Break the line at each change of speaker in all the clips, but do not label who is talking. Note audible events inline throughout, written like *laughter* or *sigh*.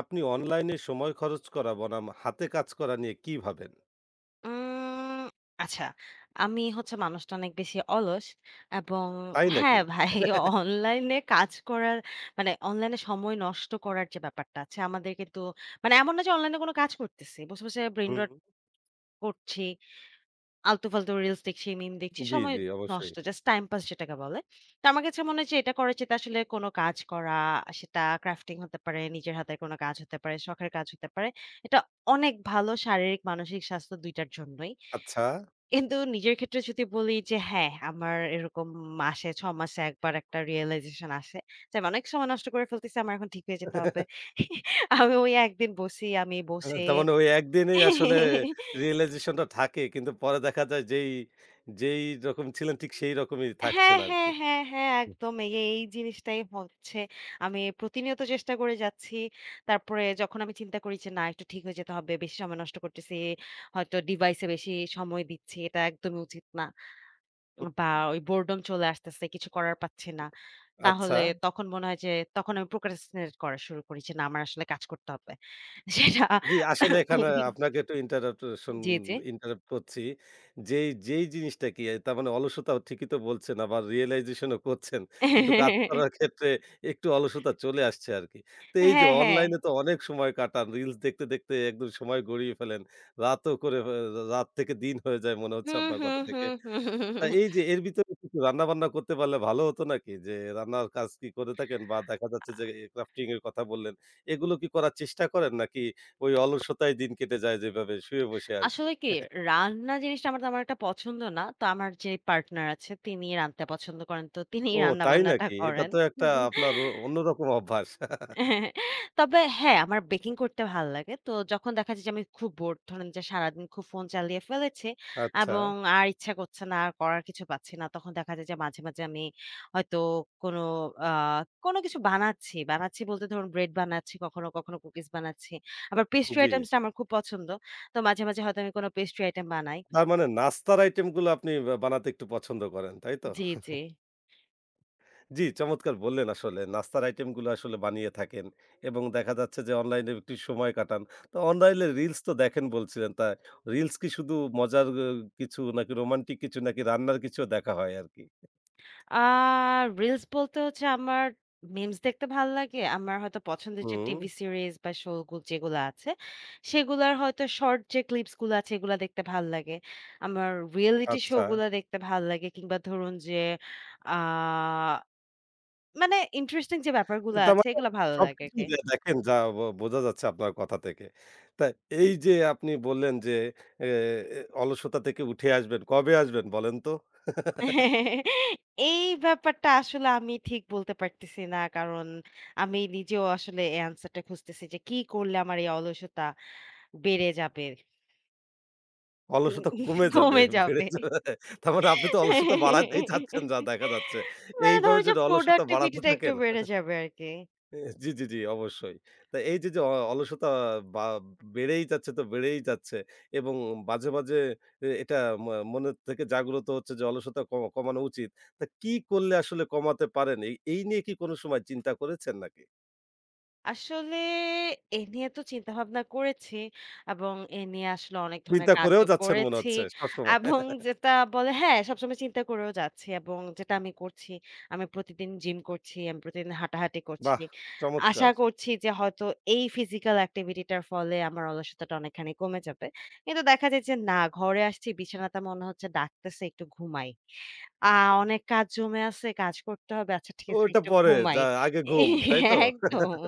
আপনি অনলাইনে সময় খরচ করা বনাম হাতে কাজ করা নিয়ে কি ভাবেন?
উম আচ্ছা, আমি হচ্ছে মানুষটা অনেক বেশি অলস এবং
তাই নাকি?
হ্যাঁ, ভাই অনলাইনে কাজ করার মানে অনলাইনে সময় নষ্ট করার যে ব্যাপারটা আছে আমাদের কিন্তু মানে এমন না যে অনলাইনে কোনো কাজ করতেছি। বসে, বসে ব্রেইন
হুম।
রট করছি। আলতু-ফালতু রিলস দেখছি, মিম দেখছি।
জি,
সময়
জি অবশ্যই।
নষ্ট। জাস্ট টাইম পাস যেটাকে বলে। তো আমার কাছে মনে হয় যে এটা করার চেয়ে আসলে কোনো কাজ করা, সেটা ক্রাফটিং হতে পারে, নিজের হাতের কোনো কাজ হতে পারে, শখের কাজ হতে পারে। এটা অনেক ভালো শারীরিক, মানসিক স্বাস্থ্য ২ টার জন্যই।
আচ্ছা।
কিন্তু নিজের ক্ষেত্রে যদি বলি যে হ্যাঁ, আমার এরকম মাসে ৬ মাসে একবার একটা realization আসে। যে আমি অনেক সময় নষ্ট করে ফেলতেছি, আমার এখন ঠিক হয়ে যেতে হবে।
*laughs*
আমি ওই একদিন বসি, আমি বসে
তার মানে ওই একদিনেই আসলে realization টা থাকে। কিন্তু পরে দেখা যায় যেই যেই রকম ছিলেন ঠিক সেই রকমই
হ্যাঁ,
থাকছেন
হ্যাঁ,
আরকি।
হ্যাঁ, হ্যাঁ, একদম এই জিনিসটাই হচ্ছে। আমি প্রতিনিয়ত চেষ্টা করে যাচ্ছি। তারপরে যখন আমি চিন্তা করি যে না একটু ঠিক হয়ে যেতে হবে, বেশি সময় নষ্ট করতেছি, হয়তো ডিভাইসে বেশি সময় দিচ্ছি, এটা একদমই উচিত না।
হুম,
বা ওই বোরডম চলে আসতেছে, কিছু করার পাচ্ছি না।
আচ্ছা।
তাহলে তখন মনে হয় যে তখন আমি procrastinate করা শুরু করি যে না আমার আসলে কাজ করতে হবে। *laughs* সেটা
জি, আসলে এখানে আপনাকে একটু
জি, জি।
ইন্টারাপ্ট করছি। যেই জিনিসটা কি তার মানে অলসতা ঠিকই তো বলছেন আবার রিয়ালাইজেশন ও করছেন। কিন্তু কাজ করার ক্ষেত্রে একটু অলসতা চলে আসছে আরকি। তো এই যে
হ্যাঁ, হ্যাঁ।
অনলাইনে তো অনেক সময় কাটান। রিলস দেখতে, দেখতে একদম সময় গড়িয়ে ফেলেন। রাতও করে ফে রাত থেকে দিন হয়ে যায় মনে হচ্ছে
হুম,
আপনার
হুম,
কথা থেকে।
হুম, হুম।
তা এই যে এর ভিতরে কিছু রান্নাবান্না করতে পারলে ভালো হতো নাকি? যে রান্নার কাজ কি করে থাকেন? বা দেখা যাচ্ছে
আ
যে ক্রাফটিং এর কথা বললেন। এগুলো কি করার চেষ্টা করেন? নাকি ওই অলসতায় দিন কেটে যায় যেভাবে শুয়ে বসে আরকি?
আসলে কি রান্না জিনিসটা আমার তেমন একটা পছন্দ না। তো আমার যে পার্টনার আছে তিনি রাঁধতে পছন্দ করেন। তো তিনিই
ও তাই
রান্না-বান্নাটা
নাকি? এটা
করেন।
তো একটা আপনার অন্যরকম অভ্যাস।
হ্যাঁ, তবে হ্যাঁ, আমার বেকিং করতে ভাল লাগে। তো যখন দেখা যায় যে আমি খুব বোর ধরেন যে সারাদিন খুব ফোন চালিয়ে ফেলেছি
আচ্ছা,
এবং আর ইচ্ছা করছে না, আর করার কিছু পাচ্ছি না। তখন দেখা যায় যে মাঝে, মাঝে আমি হয়তো কোনো আ কোনো কিছু বানাচ্ছি। বানাচ্ছি বলতে ধরুন ব্রেড বানাচ্ছি, কখনো, কখনো কুকিজ বানাচ্ছি। আবার পেস্ট্রি
জি।
আইটেমস টা আমার খুব পছন্দ। তো মাঝে, মাঝে হয়তো আমি কোনো পেস্ট্রি আইটেম বানাই।
তার মানে নাস্তার আইটেম গুলো আপনি বানাতে একটু পছন্দ করেন, তাই তো?
জি, জি।
জি, চমৎকার বললেন আসলে। নাস্তার আইটেমগুলো আসলে বানিয়ে থাকেন এবং দেখা যাচ্ছে যে অনলাইনে একটু সময় কাটান। তো অনলাইনে রিলস তো দেখেন বলছিলেন। তা রিলস কি শুধু মজার কিছু নাকি রোমান্টিক কিছু নাকি রান্নার কিছুও দেখা হয় আরকি?
আ রিলস বলতে হচ্ছে আমার মিমস দেখতে ভাল লাগে। আমার হয়তো পছন্দের যে
হুম,
টিভি সিরিজ বা শো গু যেগুলা আছে, সেগুলার হয়তো শর্ট যে ক্লিপস গুলো আছে এগুলা দেখতে ভাল লাগে। আমার রিয়েলিটি শো
আচ্ছা।
গুলা দেখতে ভাল লাগে কিংবা ধরুন যে আ মানে ইন্টারেস্টিং যে ব্যাপারগুলো
তার
আছে
মানে
এগুলা ভালো লাগে
সবকিছুই
আরকি।
দেখেন যা বোঝা যাচ্ছে আপনার কথা থেকে। তা এই যে আপনি বললেন যে এ এ অলসতা থেকে উঠে আসবেন, কবে আসবেন বলেন তো?
এই ব্যাপারটা আসলে আমি ঠিক বলতে পারতেছি না। কারণ আমি নিজেও আসলে এই আনসারটা খুঁজতেছি যে কি করলে আমার এই অলসতা বেড়ে যাবে।
অলসতা কমে যাবে,
কমে
বেড়ে
যাবে।
যাবে। তার মানে আপনি তো অলসতা বাড়াতেই চাচ্ছেন যা দেখা যাচ্ছে।
মানে
এইভাবে
ধরুন যে,
যদি অলসতা
productivity
বাড়াতে
টা একটু
থাকেন
বেড়ে যাবে আরকি।
এ, জি, জি, জি অবশ্যই। তা এই যে, যে অলসতা বা বেড়েই যাচ্ছে তো বেড়েই যাচ্ছে এবং মাঝে, মাঝে এটা ম মনের থেকে জাগ্রত হচ্ছে যে অলসতা কমানো উচিত। তা কি করলে আসলে কমাতে পারেন? এই এই নিয়ে কি কোনো সময় চিন্তা করেছেন নাকি?
আসলে এ নিয়ে তো চিন্তাভাবনা করেছি এবং এ নিয়ে আসলে অনেক ধরনের
চিন্তা করেও
কাজও
যাচ্ছেন মনে
করেছি
হচ্ছে সবসময়।
এবং যেটা বলে হ্যাঁ, সবসময় চিন্তা করেও যাচ্ছি এবং যেটা আমি করছি, আমি প্রতিদিন জিম করছি, আমি প্রতিদিন হাঁটাহাঁটি করছি।
বাহ!
আশা
চমৎকার।
করছি যে হয়তো এই ফিজিক্যাল অ্যাক্টিভিটিটার ফলে আমার অলসতাটা অনেকখানি কমে যাবে। কিন্তু দেখা যায় যে না, ঘরে আসছি বিছানাটা মনে হচ্ছে ডাকতেছে একটু ঘুমাই। আ অনেক কাজ জমে আছে, কাজ করতে হবে। আচ্ছা ঠিক আছে
ওইটা
একটু
পরে
ঘুমাই।
যা আগে ঘুম, তাই তো?
*laughs* একদম।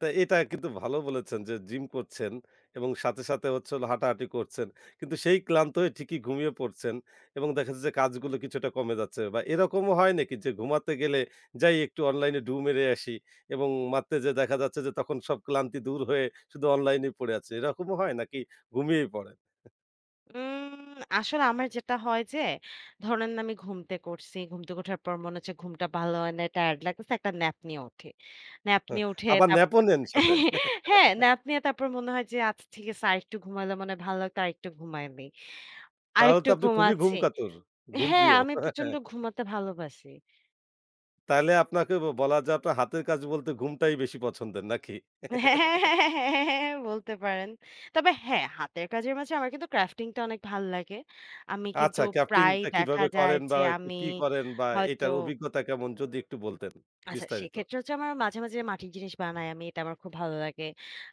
তা এটা কিন্তু ভালো বলেছেন যে জিম করছেন এবং সাথে, সাথে হচ্ছে হলো হাঁটাহাঁটি করছেন। কিন্তু সেই ক্লান্ত হয়ে ঠিকই ঘুমিয়ে পড়ছেন এবং দেখা যাচ্ছে যে কাজগুলো কিছুটা কমে যাচ্ছে বা এরকমও হয় নাকি যে ঘুমাতে গেলে যাই একটু অনলাইনে ডু মেরে আসি এবং মারতে যেয়ে দেখা যাচ্ছে যে তখন সব ক্লান্তি দূর হয়ে শুধু অনলাইনেই পড়ে আছে। এরকমও হয় নাকি ঘুমিয়েই পড়েন?
আসলে আমার যেটা হয় যে, ধরেন আমি ঘুম থেকে উঠছি। ঘুম থেকে ওঠার পর মনে হচ্ছে ঘুমটা ভালো হয় নাই, টায়ার্ড লাগতেছে। একটা ন্যাপ নিয়ে উঠি। ন্যাপ
হ্যাঁ,
নিয়ে উঠে
আবার
তারপর
ন্যাপও নেন সাথে।
*laughs* হ্যাঁ, ন্যাপ নিয়ে তারপর মনে হয় যে, আচ্ছা ঠিক আছে আরেকটু ঘুমালে মনে হয় ভালো লাগতো, আরেকটু ঘুমায় নেই।
তাহলে তো
আরেকটু
আপনি খুবই ঘুম
ঘুমাচ্ছি।
কাতুর, ঘুম
হ্যাঁ,
প্রিয়।
আমি প্রচন্ড
হ্যাঁ,
ঘুমাতে ভালোবাসি।
তাহলে আপনাকে বলা যায় আপনার হাতের কাজ বলতে ঘুমটাই বেশি পছন্দের নাকি?
হ্যাঁ, হ্যাঁ, হ্যাঁ, হ্যাঁ, হ্যাঁ, হ্যাঁ, বলতে পারেন। তবে হ্যাঁ, হাতের কাজের মাঝে আমার কিন্তু ক্রাফটিং টা অনেক ভাল লাগে। আমি কিন্তু
আচ্ছা,
প্রায়ই
ক্রাফটিংটা
দেখা
কিভাবে
যায়
করেন বা
যে, আমি
কি করেন বা
হয়তো
এটার অভিজ্ঞতা কেমন যদি একটু বলতেন
আচ্ছা,
বিস্তারিত?
সেক্ষেত্রে হচ্ছে আমার মাঝে, মাঝে মাটির জিনিস বানাই আমি। এটা আমার খুব ভালো লাগে।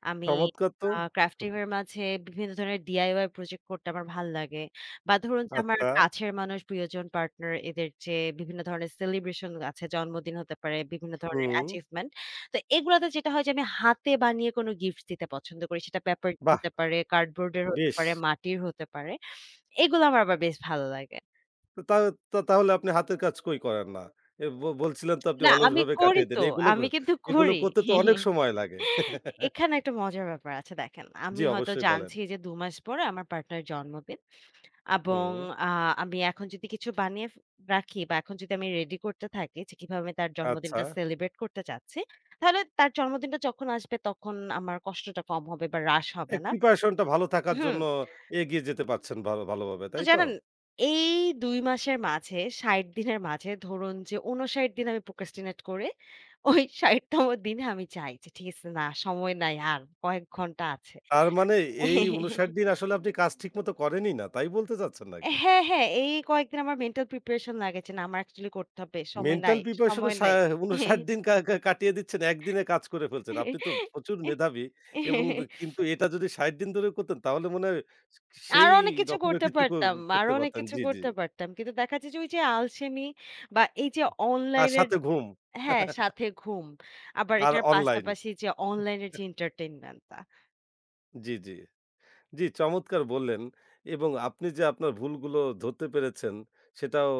আমি
চমৎকার তো!
ক্রাফটিং এর মাঝে বিভিন্ন ধরনের ডিআইওয়াই প্রজেক্ট করতে আমার ভাল লাগে। বা ধরুন যে আমার
আচ্ছা,
কাছের মানুষ, প্রিয়জন, পার্টনার এদের যে বিভিন্ন ধরনের সেলিব্রেশন আছে, জন্মদিন হতে পারে, বিভিন্ন ধরনের
হুম,
অ্যাচিভমেন্ট। তো এগুলাতে যেটা হয় যে আমি হাতে বানিয়ে কোনো গিফট দিতে পছন্দ করি। সেটা পেপার
বাহ!
হতে পারে, কার্ডবোর্ডের হতে
বেশ।
পারে, মাটির হতে পারে। এগুলো আমার আবার বেশ ভালো লাগে।
তো তা তা তাহলে আপনি হাতের কাজ কই করেন না? বলছিলেন তো আপনি
না আমি
অলসভাবে
করি
কাটিয়ে দেন।
তো। আমি কিন্তু
এগুলো
করি।
করতে তো অনেক সময় লাগে। *laughs*
এখানে একটা মজার ব্যাপার আছে দেখেন।
জি,
আমি হয়তো
অবশ্যই বলেন।
জানছি যে ২ মাস পরে আমার পার্টনারের জন্মদিন এবং
হুম,
আ আমি এখন যদি কিছু বানিয়ে ফ রাখি বা এখন যদি আমি রেডি করতে থাকি যে কিভাবে আমি তার
আচ্ছা।
জন্মদিনটা সেলিব্রেট করতে চাচ্ছি, তাহলে তার জন্মদিনটা যখন আসবে তখন আমার কষ্টটা কম হবে বা হ্রাস
এ
হবে না।
প্রিপারেশন টা ভালো থাকার
হুম?
জন্য এগিয়ে যেতে পারছেন ভালো ভালোভাবে,
তো
তাই তো?
জানেন, এই ২ মাসের মাঝে ৬০ দিনের মাঝে ধরুন যে ৫৯ দিন আমি procrastinate করে ওই ৬০ তম দিনে আমি চাই যে ঠিক আছে না সময় নাই আর কয়েক ঘন্টা আছে।
তার মানে এই ৫৯ দিন আসলে আপনি কাজ ঠিকমতো করেনই না। তাই বলতে চাচ্ছেন নাকি?
হ্যাঁ, হ্যাঁ, এই কয়েকদিন আমার মেন্টাল প্রিপারেশন লাগে যে না আমার অ্যাকচুয়ালি করতে হবে। সময়
মেন্টাল
নাই,
প্রিপারেশন এ
সময়
সা
নাই।
৫৯ দিন কা কা কাটিয়ে দিচ্ছেন, একদিনে কাজ করে ফেলছেন। আপনি তো প্রচুর মেধাবী এবং কিন্তু এটা যদি ৬০ দিন ধরে করতেন তাহলে মনে হয় সেই
আরো অনেক কিছু
রকমের
করতে
কিছু ক
পারতাম, আরো
করতে
অনেক
পারতেন।
কিছু
জি, জি।
করতে পারতাম। কিন্তু দেখা যাচ্ছে যে ওই যে আলসেমি বা এই যে
আর
অনলাইনের
সাথে ঘুম
হ্যাঁ,
*laughs*
সাথে ঘুম। আবার
আর
এটার
অনলাইন।
পাশাপাশি যে অনলাইনের যে entertainment টা।
জি, জি। জি, চমৎকার বললেন এবং আপনি যে আপনার ভুলগুলো ধরতে পেরেছেন সেটাও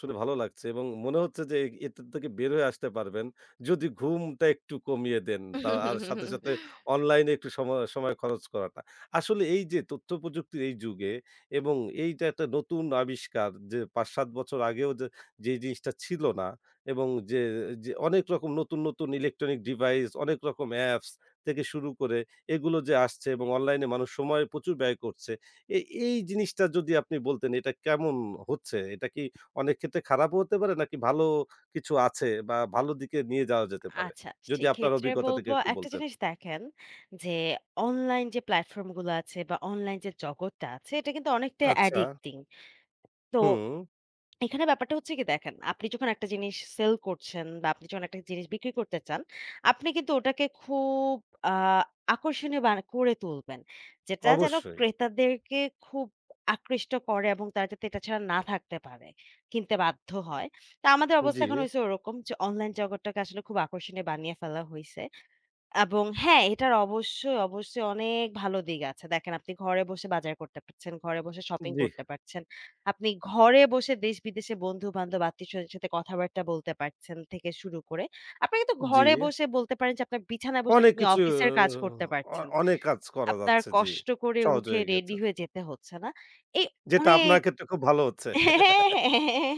শুনে ভালো লাগছে এবং মনে হচ্ছে যে এটার থেকে বের হয়ে আসতে পারবেন। যদি ঘুমটা একটু কমিয়ে দেন তা আর সাথে, সাথে অনলাইনে একটু সময় সময় খরচ করাটা। আসলে এই যে তথ্য প্রযুক্তির এই যুগে এবং এইটা একটা নতুন আবিষ্কার যে ৫-৭ বছর আগেও যে জিনিসটা ছিল না এবং যে যে অনেক রকম নতুন, নতুন ইলেকট্রনিক ডিভাইস অনেক রকম অ্যাপস থেকে শুরু করে এগুলো যে আসছে এবং অনলাইনে মানুষ সময় প্রচুর ব্যয় করছে। এ এই জিনিসটা যদি আপনি বলতেন এটা কেমন হচ্ছে? এটা কি অনেক ক্ষেত্রে খারাপও হতে পারে নাকি ভালো কিছু আছে বা ভালো দিকে নিয়ে যাওয়া যেতে পারে?
আচ্ছা,
যদি আপনার
সেক্ষেত্রে
অভিজ্ঞতা থেকে
বলবো
একটু
একটা
বলতেন।
জিনিস দেখেন যে অনলাইন যে প্ল্যাটফর্ম গুলো আছে বা অনলাইন যে জগৎটা আছে এটা কিন্তু অনেকটা
আচ্ছা,
অ্যাডিক্টিং। তো
হুম,
এখানে ব্যাপারটা হচ্ছে কি দেখেন, আপনি যখন একটা জিনিস সেল করছেন বা আপনি যখন একটা জিনিস বিক্রি করতে চান, আপনি কিন্তু ওটাকে খুব আ আকর্ষণীয় করে তুলবেন। যেটা যেন
অবশ্যই।
ক্রেতাদেরকে খুব আকৃষ্ট করে এবং তারা যাতে এটা ছাড়া না থাকতে পারে, কিনতে বাধ্য হয়। তো আমাদের
জি,
অবস্থা এখন হইছে ওরকম যে অনলাইন জগৎটাকে আসলে খুব আকর্ষণীয় বানিয়ে ফেলা হইছে। এবং হ্যাঁ, এটার অবশ্যই, অবশ্যই অনেক ভালো দিক আছে। দেখেন আপনি ঘরে বসে বাজার করতে পারছেন, ঘরে বসে শপিং
জি,
করতে পারছেন। আপনি ঘরে বসে দেশ-বিদেশে বন্ধু-বান্ধব, আত্মীয়স্বজনের সাথে কথাবার্তা বলতে পারছেন থেকে শুরু করে, আপনি কিন্তু
জি।
ঘরে বসে বলতে পারেন যে আপনার বিছানায় বসে
অনেক
আপনি
কিছু
অফিসের কাজ করতে পারছেন।
অনেক কাজ করা
আপনার
যাচ্ছে। জি,
কষ্ট করে
সহজ
উঠে
হয়ে গেছে।
রেডি হয়ে যেতে হচ্ছে না। এই
যেটা
অনেক
আপনার ক্ষেত্রে খুব ভালো হচ্ছে।
হ্যাঁ,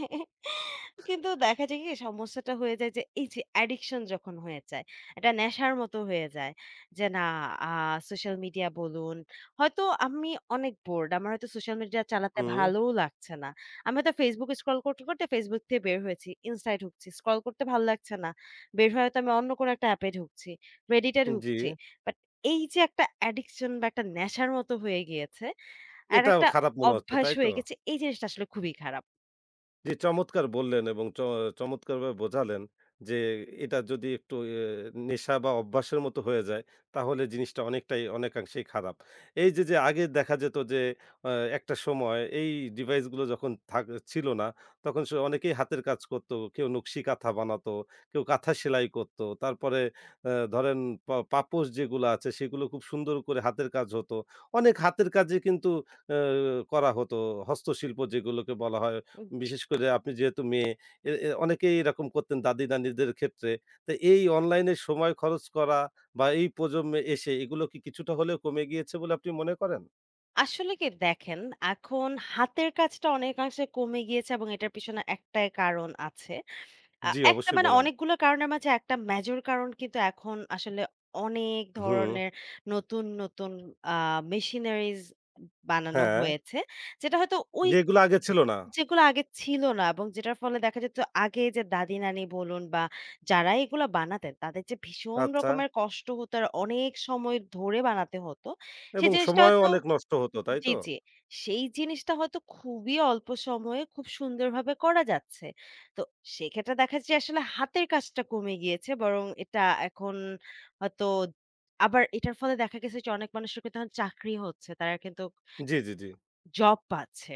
কিন্তু দেখা যায় কি সমস্যাটা হয়ে যায় যে এই যে অ্যাডিকশন যখন হয়ে যায় এটা নেশার মতো হয়ে যায় যে না সোশ্যাল মিডিয়া বলুন হয়তো আমি অনেক বোর্ড আমার হয়তো সোশ্যাল মিডিয়া চালাতে
হুম,
ভালোও লাগছে না আমি হয়তো ফেসবুক স্ক্রল করতে করতে ফেসবুক থেকে বের হয়েছি ইনস্টায় ঢুকছি স্ক্রল করতে ভালো লাগছে না বের হয়ে হয়তো আমি অন্য কোনো একটা অ্যাপে ঢুকছি রেডিটে
জি।
ঢুকছি বাট এই যে একটা অ্যাডিকশন বা একটা নেশার মতো হয়ে গিয়েছে আর
এটাও
একটা
খারাপ মনে হচ্ছে,
অভ্যাস
তাই তো?
হয়ে গেছে। এই জিনিসটা আসলে খুবই খারাপ।
জি, চমৎকার বললেন এবং চমৎকারভাবে বোঝালেন যে এটা যদি একটু নেশা বা অভ্যাসের মতো হয়ে যায় তাহলে জিনিসটা অনেকটাই অনেকাংশেই খারাপ। এই যে, যে আগে দেখা যেত যে আ একটা সময় এই ডিভাইসগুলো যখন থাক ছিল না তখন অনেকেই হাতের কাজ করতো। কেউ নকশি কাঁথা বানাতো, কেউ কাঁথা সেলাই করতো। তারপরে ধরেন পাপোশ যেগুলো আছে সেগুলো খুব সুন্দর করে হাতের কাজ হতো। অনেক হাতের কাজই কিন্তু আ করা হতো। হস্তশিল্প যেগুলোকে বলা হয়
উম
বিশেষ করে আপনি যেহেতু মেয়ে, এ এ অনেকেই এরকম করতেন দাদি-নানিদের ক্ষেত্রে। তো এই অনলাইনে সময় খরচ করা বা এই প্রজন্মে এসে এগুলো কি কিছুটা হলেও কমে গিয়েছে বলে আপনি মনে করেন?
আসলে কি দেখেন, এখন হাতের কাজটা অনেকাংশে কমে গিয়েছে এবং এটার পিছনে একটাই কারণ আছে।
জি,
একটা
অবশ্যই
মানে
বলেন।
অনেকগুলো কারণের মাঝে একটা মেজর কারণ কিন্তু এখন আসলে অনেক
হুম,
ধরনের নতুন, নতুন আ মেশিনারিজ বানানো
হ্যাঁ,
হয়েছে। যেটা হয়তো ওই
যেগুলো আগে ছিল না।
যেগুলো আগে ছিল না এবং যেটার ফলে দেখা যেত আগে যে দাদি-নানি বলুন বা যারা এগুলা বানাতেন তাদের যে ভীষণ
আচ্ছা,
রকমের কষ্ট হতো আর অনেক সময় ধরে বানাতে হতো। সেই
এবং
জিনিসটা
সময়ও
হয়তো
অনেক নষ্ট হতো, তাই
জি,
তো?
জি। সেই জিনিসটা হয়তো খুবই অল্প সময়ে খুব সুন্দরভাবে করা যাচ্ছে। তো সেক্ষেত্রে দেখা যায় আসলে হাতের কাজটা কমে গিয়েছে বরং এটা এখন হয়তো আবার এটার ফলে দেখা গেছে যে অনেক মানুষের কিন্তু এখন চাকরি হচ্ছে। তারা কিন্তু
জি, জি, জি।
জব পাচ্ছে।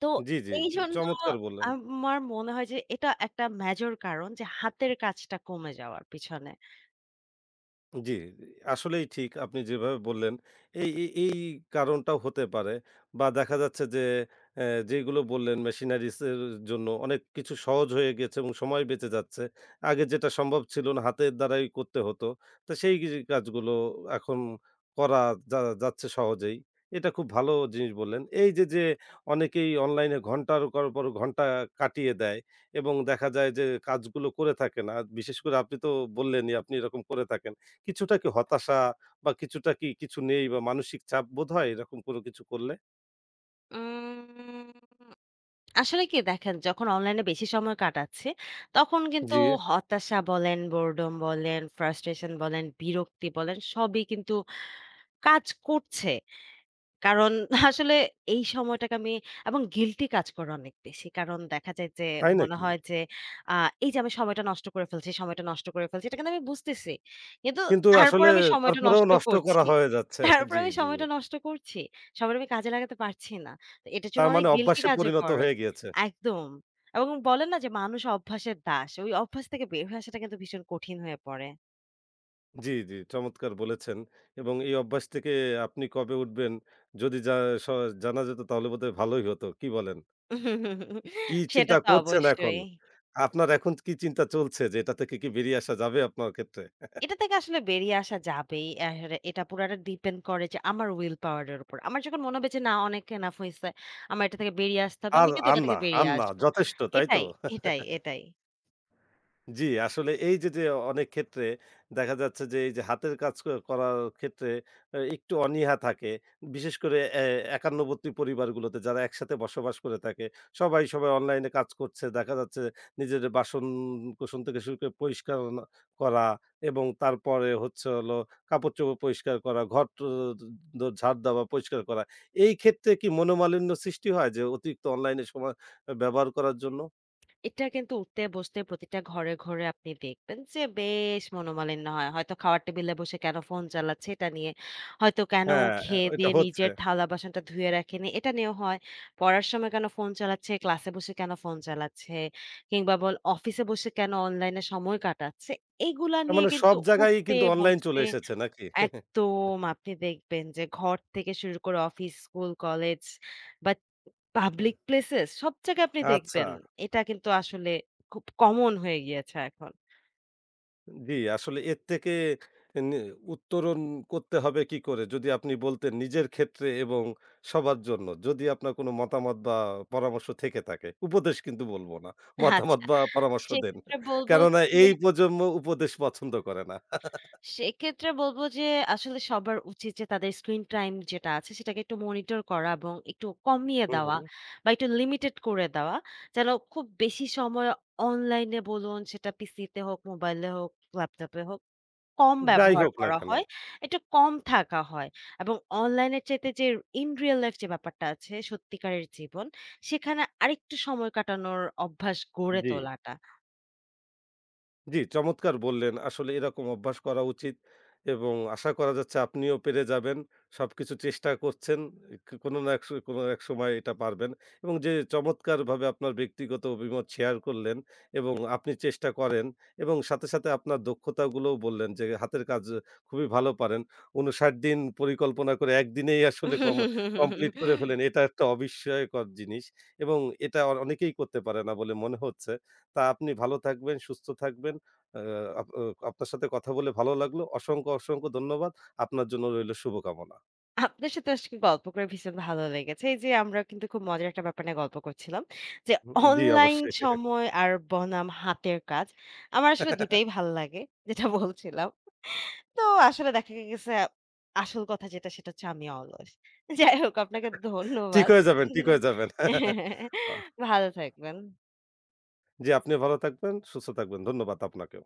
তো
জি, জি।
এইজন্য
চমৎকার বললেন।
আমার মনে হয় যে এটা একটা মেজর কারণ যে হাতের কাজটা কমে যাওয়ার পিছনে।
জি, আসলেই ঠিক। আপনি যেভাবে বললেন, এই এই এই কারণটাও হতে পারে বা দেখা যাচ্ছে যে অ্যা যেগুলো বললেন মেশিনারিজ এর জন্য অনেক কিছু সহজ হয়ে গেছে এবং সময় বেঁচে যাচ্ছে। আগে যেটা সম্ভব ছিল না, হাতের দ্বারাই করতে হতো। তো সেই গি কাজগুলো এখন করা যা যাচ্ছে সহজেই। এটা খুব ভালো জিনিস বললেন। এই যে, যে অনেকেই অনলাইনে ঘন্টার পর, পর ঘন্টা কাটিয়ে দেয় এবং দেখা যায় যে কাজগুলো করে থাকে না। বিশেষ করে আপনি তো বললেনই আপনি এরকম করে থাকেন। কিছুটা কি হতাশা বা কিছুটা কি কিছু নেই বা মানসিক চাপ বোধ হয় এরকম কোনো কিছু করলে?
উম আসলে কি দেখেন যখন অনলাইনে বেশি সময় কাটাচ্ছি, তখন কিন্তু
জি,
হতাশা বলেন, বোরডম বলেন, ফ্রাস্ট্রেশন বলেন, বিরক্তি বলেন সবই কিন্তু কাজ করছে। কারণ *laughs* আসলে এই সময়টাকে আমি এবং গিল্টি কাজ করে অনেক বেশি। কারণ দেখা যায় যে
তাই
মনে
নাকি?
হয় যে আ এই যে আমি সময়টা নষ্ট করে ফেলছি, সময়টা নষ্ট করে ফেলছি। এটা কিন্তু আমি বুঝতেছি। কিন্তু
কিন্তু
তারপর
আসলে
আমি সময়টা
তারপরেও
নষ্ট
নষ্ট করা
করছি।
হয়ে যাচ্ছে।
তারপর
জি,
আমি
জি।
সময়টা নষ্ট করছি। সময়টা আমি কাজে লাগাতে পারছি না। তো এটার জন্য
তার
অনেক
মানে
গিল্টি
অভ্যাসে
কাজও
পরিণত
করে।
হয়ে গিয়েছে।
একদম। এবং বলে না যে মানুষ অভ্যাসের দাস। ওই অভ্যাস থেকে বের হয়ে আসাটা কিন্তু ভীষণ কঠিন হয়ে পড়ে।
জি, জি, চমৎকার বলেছেন এবং এই অভ্যাস থেকে আপনি কবে উঠবেন যদি জা স জানা যেত তাহলে বোধহয় ভালোই হতো। কি বলেন?
*laughs*
কি
সেটা
চিন্তা
তো
করছেন এখন?
অবশ্যই।
আপনার এখন কি চিন্তা চলছে যে এটা থেকে কি বেরিয়ে আসা যাবে আপনার ক্ষেত্রে?
এটা থেকে আসলে বেরিয়ে আসা যাবেই। এহের এটা পুরাটা ডিপেন্ড করে যে আমার উইল পাওয়ার এর উপর। আমার যখন মনে হবে যে না অনেক এনাফ হইছে। আমার এটা থেকে বেরিয়ে আসতে হবে।
আর,
আমি কিন্তু
আর
এটা থেকে
না, আর
বেরিয়ে
না
আসবো।
যথেষ্ট, তাই তো?
এটাই, এটাই।
জি, আসলে এই যে, যে, অনেক ক্ষেত্রে দেখা যাচ্ছে যে, এই যে, হাতের কাজ ক করার ক্ষেত্রে একটু অনীহা থাকে। বিশেষ করে একান্নবর্তী পরিবারগুলোতে যারা একসাথে বসবাস করে থাকে। সবাই, সবাই, অনলাইনে কাজ করছে। দেখা যাচ্ছে নিজের বাসন-কোসন থেকে শুরু করে পরিষ্কার ন করা এবং তারপরে হচ্ছে হলো কাপড়-চোপড় পরিষ্কার করা, ঘর ট দ ঝাড় দেওয়া, পরিষ্কার করা। এই ক্ষেত্রে কি মনোমালিন্য সৃষ্টি হয় যে, অতিরিক্ত অনলাইনে সময় ব্যবহার করার জন্য?
এটা কিন্তু উঠতে বসতে প্রতিটা ঘরে, ঘরে আপনি দেখবেন যে বেশ মনোমালিন্য হয়। হয়তো খাওয়ার টেবিলে বসে কেন ফোন চালাচ্ছে এটা নিয়ে, হয়তো কেন
হ্যাঁ,
খেয়ে
এটা
দিয়ে
হচ্ছে।
নিজের থালা-বাসনটা ধুয়ে রাখেনি এটা নিয়েও হয়। পড়ার সময় কেন ফোন চালাচ্ছে, ক্লাসে বসে কেন ফোন চালাচ্ছে কিংবা বল অফিসে বসে কেন অনলাইনে সময় কাটাচ্ছে। এগুলা
তার
নিয়ে
মানে
কিন্তু
সব জায়গায়ই
উঠতে
কিন্তু অনলাইন চলে
বসতে
এসেছে নাকি?
একদম আপনি দেখবেন যে ঘর থেকে শুরু করে অফিস, স্কুল, কলেজ বা পাবলিক প্লেসেস সব জায়গায় আপনি
আচ্ছা।
দেখবেন। এটা কিন্তু আসলে খুব কমন হয়ে গিয়েছে এখন।
জি, আসলে এর থেকে নি উত্তরণ করতে হবে কি করে? যদি আপনি বলতেন নিজের ক্ষেত্রে এবং সবার জন্য। যদি আপনার কোনো মতামত বা পরামর্শ থেকে থাকে। উপদেশ কিন্তু বলব না। মতামত
আচ্ছা।
বা পরামর্শ দেন।
সেক্ষেত্রে বলব
কেননা
যে
এই প্রজন্ম উপদেশ পছন্দ করে না।
সেক্ষেত্রে বলব যে আসলে সবার উচিত যে তাদের স্ক্রিন টাইম যেটা আছে সেটাকে একটু মনিটর করা এবং একটু কমিয়ে দেওয়া
হুম,
বা একটু লিমিটেড করে দেওয়া। যেন খুব বেশি সময় অনলাইন এ বলুন সেটা পিসিতে হোক, মোবাইলে হোক, ল্যাপটপে হোক কম
যাই
ব্যবহার
হোক না
করা
কেন।
হয়, একটু কম থাকা হয় এবং অনলাইনের চাইতে যে ইন রিয়াল লাইফ যে ব্যাপারটা আছে, সত্যিকারের জীবন, সেখানে আরেকটু সময় কাটানোর অভ্যাস গড়ে
জি।
তোলাটা।
জি, চমৎকার বললেন। আসলে এরকম অভ্যাস করা উচিত এবং আশা করা যাচ্ছে আপনিও পেরে যাবেন। সবকিছু চেষ্টা করছেন। কোনো না এক কোনো এক সময় এটা পারবেন এবং যে চমৎকারভাবে আপনার ব্যক্তিগত অভিমত শেয়ার করলেন এবং আপনি চেষ্টা করেন এবং সাথে, সাথে আপনার দক্ষতাগুলোও বললেন যে হাতের কাজ খুবই ভালো পারেন। ৫৯ দিন পরিকল্পনা করে একদিনেই আসলে কমপ্লিট করে ফেলেন। এটা একটা অবিস্ময়কর জিনিস এবং এটা অনেকেই করতে পারে না বলে মনে হচ্ছে। তা আপনি ভালো থাকবেন, সুস্থ থাকবেন। আ আপ আ আপনার সাথে কথা বলে ভালো লাগলো। অসংখ্য, অসংখ্য ধন্যবাদ। আপনার জন্য রইল শুভকামনা।
আপনার সাথে আজকে গল্প করে ভীষণ ভালো লেগেছে। এই যে আমরা কিন্তু খুব মজার একটা ব্যাপার নিয়ে গল্প করছিলাম যে
হুম, জি,
অনলাইন
অবশ্যই।
সময় আর বনাম হাতের কাজ। আমার আসলে দুটাই ভাল লাগে, যেটা বলছিলাম। তো আসলে দেখা গেছে আসল কথা যেটা সেটা হচ্ছে আমি অলস। যাই হোক আপনাকে
ঠিক
ধন্যবাদ।
হয়ে যাবেন, ঠিক হয়ে যাবেন।
*laughs*
আহ,
ভালো থাকবেন।
জি, আপনিও ভালো থাকবেন, সুস্থ থাকবেন। ধন্যবাদ আপনাকেও।